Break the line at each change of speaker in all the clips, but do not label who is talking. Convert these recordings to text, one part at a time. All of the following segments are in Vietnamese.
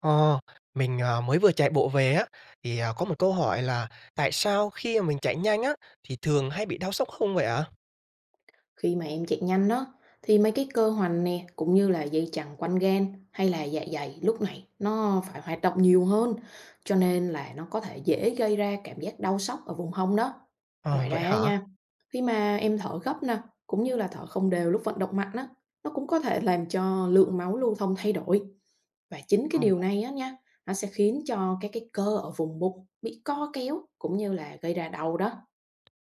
Ờ, mình, mới vừa chạy bộ về á, thì, có một câu hỏi là tại sao khi mà mình chạy nhanh á, thì thường hay bị đau sốc hông vậy ạ?
Khi mà em chạy nhanh đó thì mấy cái cơ hoành nè cũng như là dây chằng quanh gan hay là dạ dày lúc này nó phải hoạt động nhiều hơn, cho nên là nó có thể dễ gây ra cảm giác đau sóc ở vùng hông đó. Ngoài
Ờ,
ra
vậy
á
hả?
nha, khi mà em thở gấp nè cũng như là thở không đều lúc vận động mạnh á, nó cũng có thể làm cho lượng máu lưu thông thay đổi, và chính cái
Ờ,
điều này á nha, nó sẽ khiến cho các cái cơ ở vùng bụng bị co kéo cũng như là gây ra đau đó.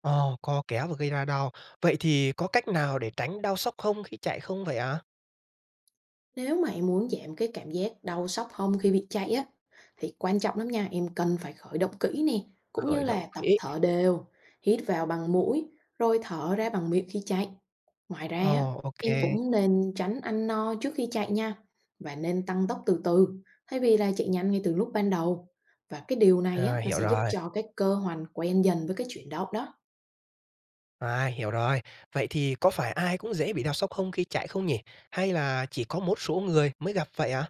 ờ, co kéo và gây ra đau. Vậy thì có cách nào để tránh đau sốc không khi chạy không vậy ạ?
Nếu mà em muốn giảm cái cảm giác đau xóc hông khi bị chạy á, thì quan trọng lắm nha, em cần phải khởi động kỹ nè, cũng như
Khởi động
là tập
kỹ.
thở đều, hít vào bằng mũi, rồi thở ra bằng miệng khi chạy. Ngoài ra á,
Ờ, ok.
em cũng nên tránh ăn no trước khi chạy nha, và nên tăng tốc từ từ, thay vì là chạy nhanh ngay từ lúc ban đầu. Và cái điều này
À,
á, nó
hiểu
sẽ giúp
rồi,
cho cái cơ hoành quen dần với cái chuyển động đó.
à, hiểu rồi. Vậy thì có phải ai cũng dễ bị đau sốc không khi chạy không nhỉ? Hay là chỉ có một số người mới gặp vậy ạ?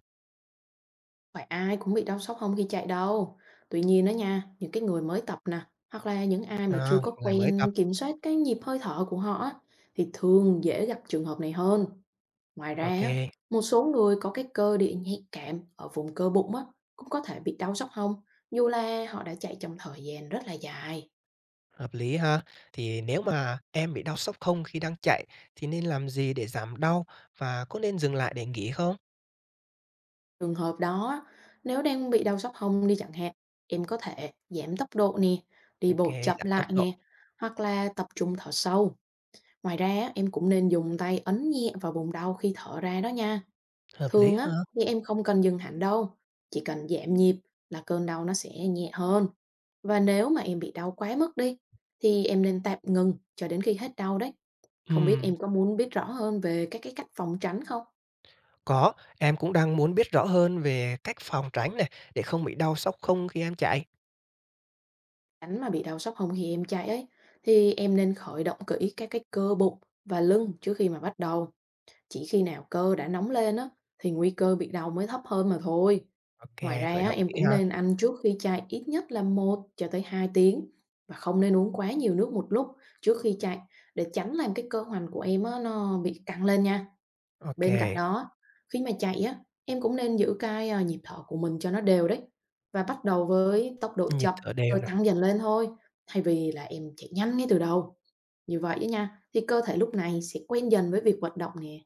Phải ai cũng bị đau sốc hông khi chạy đâu. Tuy nhiên đó nha, những cái người mới tập nè, hoặc là những ai mà chưa
À,
có
người mới tập,
quen kiểm soát cái nhịp hơi thở của họ á, thì thường dễ gặp trường hợp này hơn. Ngoài ra á,
ok.
một số người có cái cơ địa nhạy cảm ở vùng cơ bụng á, cũng có thể bị đau sốc hông, dù là họ đã chạy trong thời gian rất là dài.
Hợp lý ha. Thì nếu mà em bị đau sốc không khi đang chạy thì nên làm gì để giảm đau và có nên dừng lại để nghỉ không?
Trường hợp đó á, nếu đang bị đau sốc hông đi chẳng hạn, em có thể giảm tốc độ nè, đi
Ok,
bộ chậm
giảm
lại
tốc độ,
nè, hoặc là tập trung thở sâu. Ngoài ra á, em cũng nên dùng tay ấn nhẹ vào vùng đau khi thở ra đó nha.
hợp lý
Thường
ha.
á, thì em không cần dừng hẳn đâu, chỉ cần giảm nhịp là cơn đau nó sẽ nhẹ hơn. Và nếu mà em bị đau quá mức đi, thì em nên tạm ngừng cho đến khi hết đau đấy. Không biết
Ừm,
em có muốn biết rõ hơn về các cái cách phòng tránh không?
có, em cũng đang muốn biết rõ hơn về cách phòng tránh này, để không bị đau sốc không khi em chạy.
Tránh mà bị đau sốc hông khi em chạy ấy, thì em nên khởi động kỹ các cái cơ bụng và lưng trước khi mà bắt đầu. Chỉ khi nào cơ đã nóng lên á, thì nguy cơ bị đau mới thấp hơn mà thôi.
Ok,
Ngoài ra
khởi
á,
động
em
kỹ
cũng
ha.
nên ăn trước khi chai ít nhất là 1 cho tới 2 tiếng, và không nên uống quá nhiều nước một lúc trước khi chạy, để tránh làm cái cơ hoành của em á, nó bị căng lên nha.
Ok,
Bên cạnh đó, khi mà chạy á, em cũng nên giữ nhịp thở của mình cho nó đều đấy, và bắt đầu với tốc độ
nhịp
chậm,
thở đều
rồi
này.
tăng dần lên thôi, thay vì là em chạy nhanh ngay từ đầu. Như vậy á nha, thì cơ thể lúc này sẽ quen dần với việc vận động nè.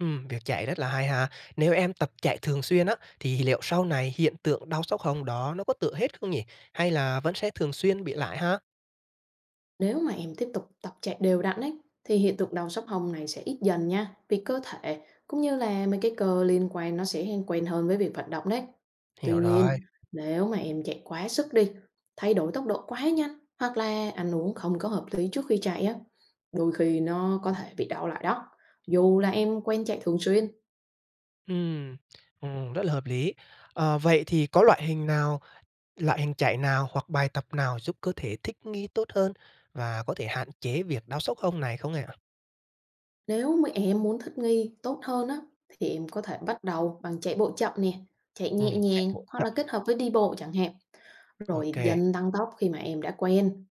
Việc chạy rất là hay ha. Nếu em tập chạy thường xuyên á, thì liệu sau này hiện tượng đau sốc hông đó nó có tựa hết không nhỉ? Hay là vẫn sẽ thường xuyên bị lại ha?
Nếu mà em tiếp tục tập chạy đều đặn ấy, thì hiện tượng đau xóc hông này sẽ ít dần nha, vì cơ thể cũng như là mấy cái cơ liên quan nó sẽ quen hơn với việc vận động đấy. Tuy
Hiểu rồi.
nhiên, nếu mà em chạy quá sức đi, thay đổi tốc độ quá nhanh hoặc là ăn uống không có hợp lý trước khi chạy á, đôi khi nó có thể bị đau lại đó. Dù là em quen chạy thường xuyên,
Ừm, rất là hợp lý. Ờ, vậy thì có loại hình nào, loại hình chạy nào hoặc bài tập nào giúp cơ thể thích nghi tốt hơn và có thể hạn chế việc đau xốc hông này không ạ?
nếu mà em muốn thích nghi tốt hơn á, thì em có thể bắt đầu bằng chạy bộ chậm nè, chạy nhẹ
Chạy
nhàng
bộ
hoặc là
chậm.
kết hợp với đi bộ chẳng hạn.
Ok.
Rồi
Kê,
dần tăng tốc khi mà em đã quen,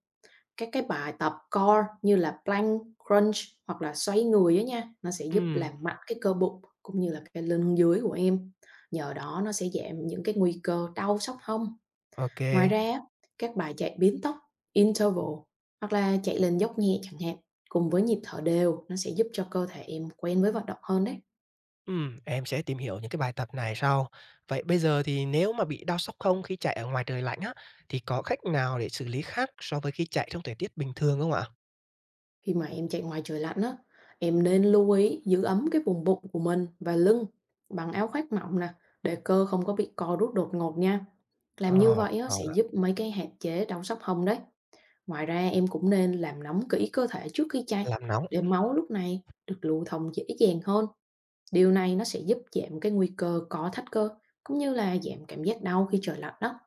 các cái bài tập core như là plank, crunch hoặc là xoay người á nha, nó sẽ giúp
ừm,
làm mạnh cái cơ bụng cũng như là cái lưng dưới của em. Nhờ đó nó sẽ giảm những cái nguy cơ đau xóc hông.
ô,
Ngoài ra á, các bài chạy biến tốc, interval hoặc là chạy lên dốc nhẹ chẳng hạn, cùng với nhịp thở đều, nó sẽ giúp cho cơ thể em quen với vận động hơn đấy.
em sẽ tìm hiểu những cái bài tập này sau. Vậy bây giờ thì nếu mà bị đau xốc hông khi chạy ở ngoài trời lạnh á, thì có cách nào để xử lý khác so với khi chạy trong thời tiết bình thường không ạ?
Khi mà em chạy ngoài trời lạnh á, em nên lưu ý giữ ấm cái vùng bụng của mình và lưng bằng áo khoác mỏng nè, để cơ không có bị co rút đột ngột nha. Làm như
Ờ,
vậy á,
ờ,
sẽ giúp mấy cái hạn chế đau xóc hông đấy. Ngoài ra em cũng nên làm nóng kỹ cơ thể trước khi chạy,
làm nóng.
để máu lúc này được lưu thông dễ dàng hơn. Điều này nó sẽ giúp giảm cái nguy cơ co thắt cơ, cũng như là giảm cảm giác đau khi trời lạnh đó.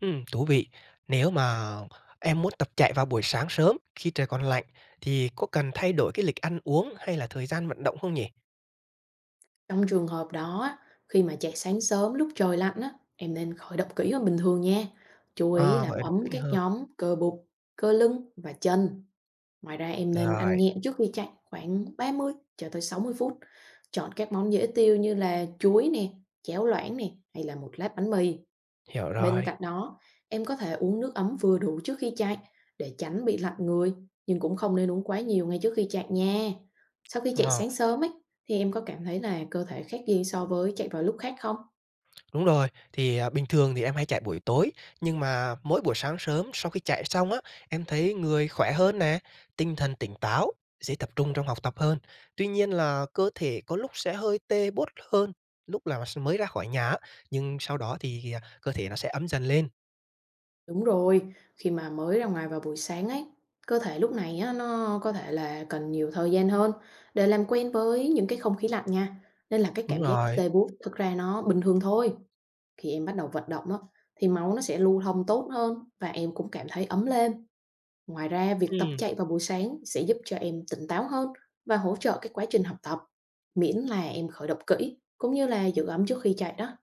Thú vị. Nếu mà em muốn tập chạy vào buổi sáng sớm khi trời còn lạnh thì có cần thay đổi cái lịch ăn uống hay là thời gian vận động không nhỉ?
Trong trường hợp đó á, khi mà chạy sáng sớm lúc trời lạnh á, em nên khởi động kỹ hơn bình thường nha. Chú ý
Ờ,
làm
vận động
ấm
kỹ
các
hơn.
nhóm cơ bụng, cơ lưng và chân. Ngoài ra em nên ăn
Rồi,
nhẹ trước khi chạy khoảng 30 cho tới 60 phút. Chọn các món dễ tiêu như là chuối nè, chéo loãng nè, hay là một lát bánh mì.
hiểu
Bên
rồi.
cạnh đó, em có thể uống nước ấm vừa đủ trước khi chạy để tránh bị lạnh người, nhưng cũng không nên uống quá nhiều ngay trước khi chạy nha. Sau khi chạy
Ờ,
sáng sớm ấy, thì em có cảm thấy là cơ thể khác gì so với chạy vào lúc khác không?
đúng rồi, thì, bình thường thì em hay chạy buổi tối, nhưng mà mỗi buổi sáng sớm sau khi chạy xong á, em thấy người khỏe hơn nè, tinh thần tỉnh táo, dễ tập trung trong học tập hơn. Tuy nhiên là cơ thể có lúc sẽ hơi tê buốt hơn lúc là mới ra khỏi nhà á, nhưng sau đó thì, cơ thể nó sẽ ấm dần lên.
Đúng rồi, khi mà mới ra ngoài vào buổi sáng ấy, cơ thể lúc này á, nó có thể là cần nhiều thời gian hơn để làm quen với những cái không khí lạnh nha. Nên là cái
Đúng
cảm giác
rồi.
tê buốt thực ra nó bình thường thôi. Khi em bắt đầu vận động á, thì máu nó sẽ lưu thông tốt hơn và em cũng cảm thấy ấm lên. Ngoài ra, việc tập
Ừm,
chạy vào buổi sáng sẽ giúp cho em tỉnh táo hơn và hỗ trợ cái quá trình học tập, miễn là em khởi động kỹ, cũng như là giữ ấm trước khi chạy đó.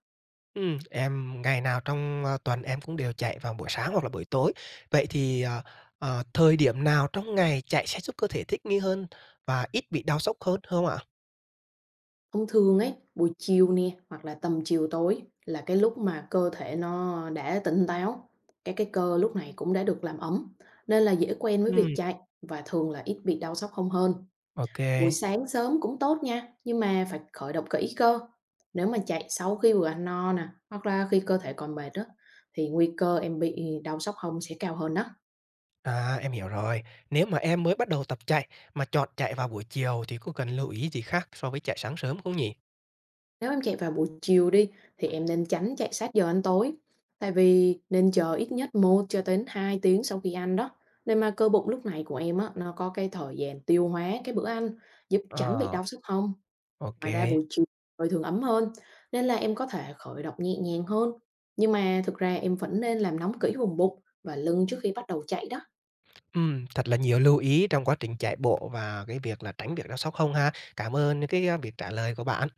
em ngày nào trong, tuần em cũng đều chạy vào buổi sáng hoặc là buổi tối. Vậy thì, ờ, ờ, thời điểm nào trong ngày chạy sẽ giúp cơ thể thích nghi hơn và ít bị đau xốc hơn ạ?
Thông thường ấy, buổi chiều nè, hoặc là tầm chiều tối là cái lúc mà cơ thể nó đã tỉnh táo, các cái cơ lúc này cũng đã được làm ấm, nên là dễ quen với
Ừm,
việc chạy và thường là ít bị đau sóc hông hơn.
ô kê,
Buổi sáng sớm cũng tốt nha, nhưng mà phải khởi động kỹ cơ. Nếu mà chạy sau khi vừa ăn no nè, hoặc là khi cơ thể còn mệt đó, thì nguy cơ em bị đau xóc hông sẽ cao hơn đó.
à, em hiểu rồi. Nếu mà em mới bắt đầu tập chạy mà chọn chạy vào buổi chiều thì có cần lưu ý gì khác so với chạy sáng sớm không nhỉ?
Nếu em chạy vào buổi chiều đi, thì em nên tránh chạy sát giờ ăn tối, tại vì nên chờ ít nhất 1 cho đến 2 tiếng sau khi ăn đó, để mà cơ bụng lúc này của em á, nó có cái thời gian tiêu hóa cái bữa ăn, giúp tránh bị
Ờ,
đau xóc hông.
ô
Ngoài ra
kê.
buổi chiều trời thường ấm hơn, nên là em có thể khởi động nhẹ nhàng hơn. Nhưng mà thực ra em vẫn nên làm nóng kỹ vùng bụng và lưng trước khi bắt đầu chạy đó.
Thật là nhiều lưu ý trong quá trình chạy bộ và cái việc là tránh việc đau xốc hông ha. Cảm ơn những cái, việc trả lời của bạn.